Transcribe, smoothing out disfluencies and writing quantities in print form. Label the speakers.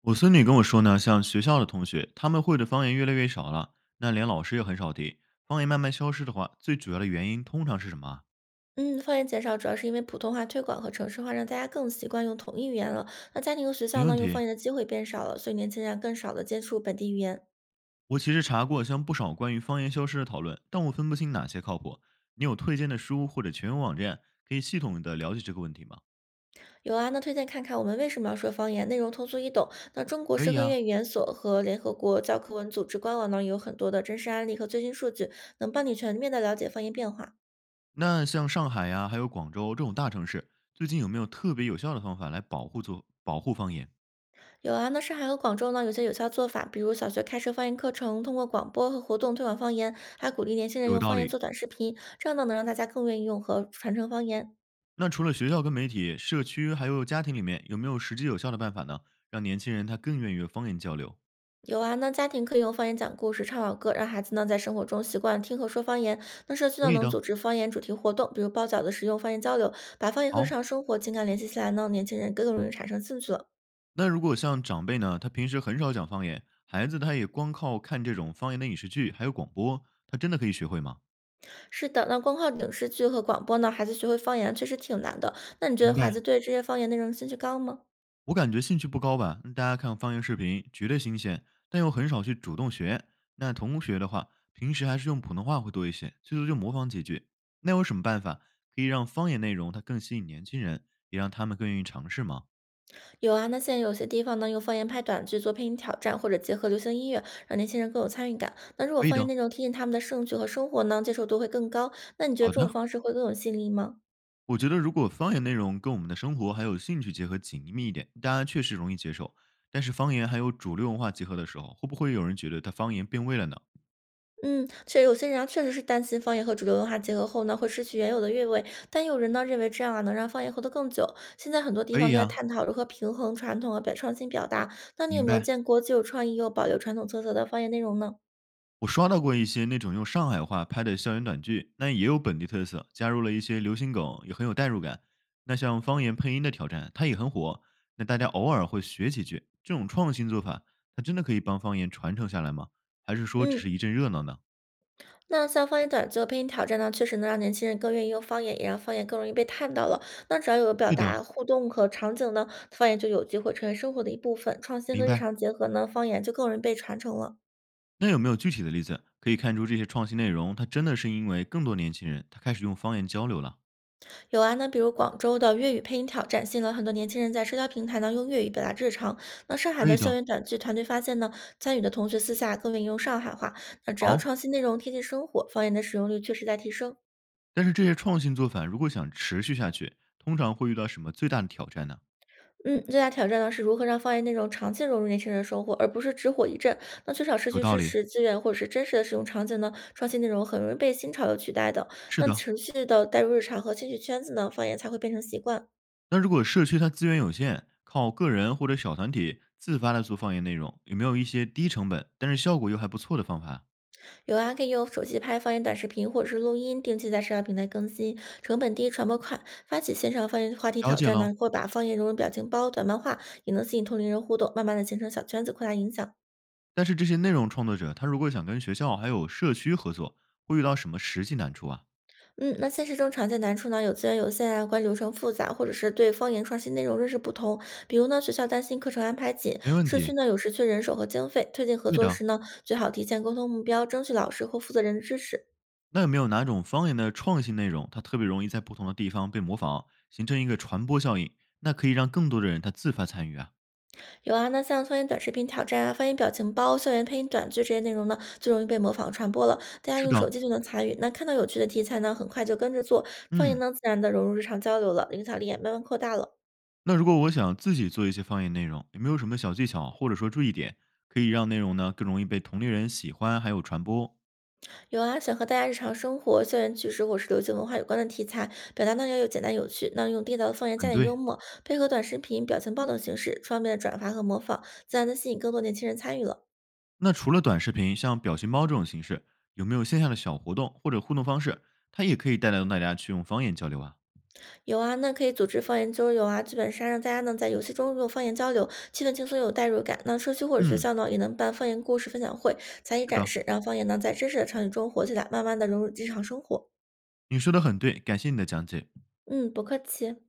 Speaker 1: 我孙女跟我说呢，像学校的同学，他们会的方言越来越少了，那连老师也很少提。方言慢慢消失的话，最主要的原因通常是什么啊？
Speaker 2: 嗯，方言减少主要是因为普通话推广和城市化让大家更习惯用同一语言了。那家庭和学校
Speaker 1: 没问
Speaker 2: 呢，用方
Speaker 1: 题，
Speaker 2: 言的机会变少了，所以年轻人啊更少的接触本地语言。
Speaker 1: 我其实查过像不少关于方言消失的讨论，但我分不清哪些靠谱。你有推荐的书或者全文网站可以系统的了解这个问题吗？
Speaker 2: 有啊，那推荐看看我们为什么要说方言，内容通俗易懂。那中国
Speaker 1: 可
Speaker 2: 社
Speaker 1: 以
Speaker 2: 科
Speaker 1: 啊。
Speaker 2: 院语言所和联合国教科文组织官网呢，也有很多的真实案例和最新数据，能帮你全面的了解方言变化。
Speaker 1: 那像上海呀、还有广州这种大城市，最近有没有特别有效的方法来保护保护方言？
Speaker 2: 有啊，那上海和广州呢，有些有效做法，比如小学开设方言课程，通过广播和活动推广方言，还鼓励年轻人
Speaker 1: 有
Speaker 2: 用
Speaker 1: 道
Speaker 2: 方言
Speaker 1: 理。
Speaker 2: 做短视频，这样呢，能让大家更愿意用和传承方言。
Speaker 1: 那除了学校跟媒体、社区还有家庭里面，有没有实际有效的办法呢？让年轻人他更愿意与方言交流？
Speaker 2: 有啊，那家庭可以用方言讲故事、唱老歌，让孩子呢在生活中习惯听和说方言。那社区呢
Speaker 1: 可以
Speaker 2: 能
Speaker 1: 的。
Speaker 2: 组织方言主题活动，比如包饺子时用方言交流，把方言和日
Speaker 1: 好，
Speaker 2: 常生活情感联系起来呢，年轻人更容易产生兴趣了。
Speaker 1: 那如果像长辈呢，他平时很少讲方言，孩子他也光靠看这种方言的影视剧还有广播，他真的可以学会吗？
Speaker 2: 是的，那光靠影视剧和广播呢，孩子学会方言确实挺难的。那你觉得
Speaker 1: 明
Speaker 2: 孩
Speaker 1: 白。
Speaker 2: 子对这些方言内容兴趣高吗？
Speaker 1: 我感觉兴趣不高吧，大家看方言视频绝对新鲜，但又很少去主动学。那同学的话，平时还是用普通话会多一些，最多就模仿几句。那有什么办法可以让方言内容它更吸引年轻人，也让他们更愿意尝试吗？
Speaker 2: 有啊，那现在有些地方呢用方言拍短剧做配音挑战，或者结合流行音乐，让年轻人更有参与感。那如果
Speaker 1: 可以
Speaker 2: 方言
Speaker 1: 的，
Speaker 2: 内容贴近他们的兴趣和生活呢，接受度会更高。那你觉得
Speaker 1: 好
Speaker 2: 这种
Speaker 1: 的。
Speaker 2: 方式会更有吸引力吗？
Speaker 1: 我觉得如果方言内容跟我们的生活还有兴趣结合紧密一点，大家确实容易接受。但是方言还有主流文化结合的时候，会不会有人觉得它方言变味了呢？
Speaker 2: 嗯，确实，有些人啊，确实是担心方言和主流文化结合后呢，会失去原有的韵味。但有人呢认为这样啊，能让方言活得更久。现在很多地
Speaker 1: 可
Speaker 2: 方
Speaker 1: 以
Speaker 2: 都在
Speaker 1: 呀、
Speaker 2: 探讨如何平衡传统和表创新表达。那你有
Speaker 1: 明
Speaker 2: 没有
Speaker 1: 白。
Speaker 2: 见过既有创意又保留传统特色的方言内容呢？
Speaker 1: 我刷到过一些那种用上海话拍的校园短剧，那也有本地特色，加入了一些流行梗，也很有代入感。那像方言配音的挑战，它也很火。那大家偶尔会学几句，这种创新做法，它真的可以帮方言传承下来吗？还是说只
Speaker 2: 嗯，
Speaker 1: 是一阵热闹呢？
Speaker 2: 那像方言短剧和配音挑战呢，确实能让年轻人更愿意用方言，也让方言更容易被看到了。那只要有表
Speaker 1: 对的，
Speaker 2: 达、互动和场景呢，方言就有机会成为生活的一部分。创新
Speaker 1: 明
Speaker 2: 和日
Speaker 1: 白。
Speaker 2: 常结合呢，方言就更容易被传承了。
Speaker 1: 那有没有具体的例子可以看出这些创新内容，它真的是因为更多年轻人他开始用方言交流了？
Speaker 2: 有啊，那比如广州的粤语配音挑战，吸引了很多年轻人在社交平台呢用粤语表达日常。那上海
Speaker 1: 可
Speaker 2: 的
Speaker 1: 以
Speaker 2: 校
Speaker 1: 的，
Speaker 2: 园短剧团队发现呢，参与的同学私下更愿意用上海话。那只要
Speaker 1: 好。
Speaker 2: 创新内容贴近生活，方言的使用率确实在提升。
Speaker 1: 但是这些创新做法如果想持续下去，通常会遇到什么最大的挑战呢？
Speaker 2: 嗯，最大挑战呢是如何让方言内容长期融入年轻人的生活，而不是只火一阵。那缺少社
Speaker 1: 有
Speaker 2: 区
Speaker 1: 道
Speaker 2: 支
Speaker 1: 理，
Speaker 2: 持资源或者是真实的使用场景呢，创新内容很容易被新潮流取代的。
Speaker 1: 是
Speaker 2: 那
Speaker 1: 的。
Speaker 2: 持续的带入日常和兴趣圈子呢，方言才会变成习惯。
Speaker 1: 那如果社区它资源有限，靠个人或者小团体自发的做方言内容，有没有一些低成本但是效果又还不错的方法？
Speaker 2: 有啊，可以用手机拍方言短视频或者是录音，定期在社交平台更新，成本低，传播快。发起线上方言话题
Speaker 1: 了
Speaker 2: 挑
Speaker 1: 解
Speaker 2: 战
Speaker 1: 了。
Speaker 2: 呢，或把方言融入表情包、短漫画，也能吸引同龄人互动，慢慢的形成小圈子，扩大影响。
Speaker 1: 但是这些内容创作者他如果想跟学校还有社区合作，会遇到什么实际难处啊？
Speaker 2: 嗯，那现实中常见难处呢，有资源有限啊，关理流程复杂，或者是对方言创新内容认识不同。比如呢，学校担心课程安排紧，
Speaker 1: 没问
Speaker 2: 社区
Speaker 1: 题，
Speaker 2: 呢有时缺人手和经费，推进合
Speaker 1: 对
Speaker 2: 作时
Speaker 1: 的。
Speaker 2: 呢，最好提前沟通目标，争取老师或负责人的支持。
Speaker 1: 那有没有哪种方言的创新内容，它特别容易在不同的地方被模仿，形成一个传播效应？那可以让更多的人他自发参与啊。
Speaker 2: 有啊，那像方言短视频挑战啊、方言表情包、校园配音短剧这些内容呢，最容易被模仿传播了。大家
Speaker 1: 是
Speaker 2: 用
Speaker 1: 的，
Speaker 2: 手机就能参与，那看到有趣的题材呢，很快就跟着做，方言
Speaker 1: 嗯，
Speaker 2: 呢自然的融入日常交流了，影响力也慢慢扩大了。
Speaker 1: 那如果我想自己做一些方言内容，有没有什么小技巧或者说注意点，可以让内容呢更容易被同龄人喜欢还有传播？
Speaker 2: 有啊，想和大家日常生活、校园趣事或是流行文化有关的题材，表达呢要有简单有趣，那用地道的方言加
Speaker 1: 很
Speaker 2: 点幽
Speaker 1: 对。
Speaker 2: 默，配合短视频、表情包等形式，方便的转发和模仿，自然的吸引更多年轻人参与了。
Speaker 1: 那除了短视频，像表情包这种形式，有没有线下的小活动或者互动方式，它也可以带来让大家去用方言交流啊？
Speaker 2: 有啊，那可以组织方言交流啊，剧本杀让大家呢在游戏中用方言交流，气氛轻松又有代入感。那社区或者学
Speaker 1: 嗯，
Speaker 2: 校呢也能办方言故事分享会、才艺
Speaker 1: 是
Speaker 2: 展
Speaker 1: 的，
Speaker 2: 示，让方言呢在真实的场景中活起来，慢慢的融入日常生活。
Speaker 1: 你说的很对，感谢你的讲解。
Speaker 2: 嗯，不客气。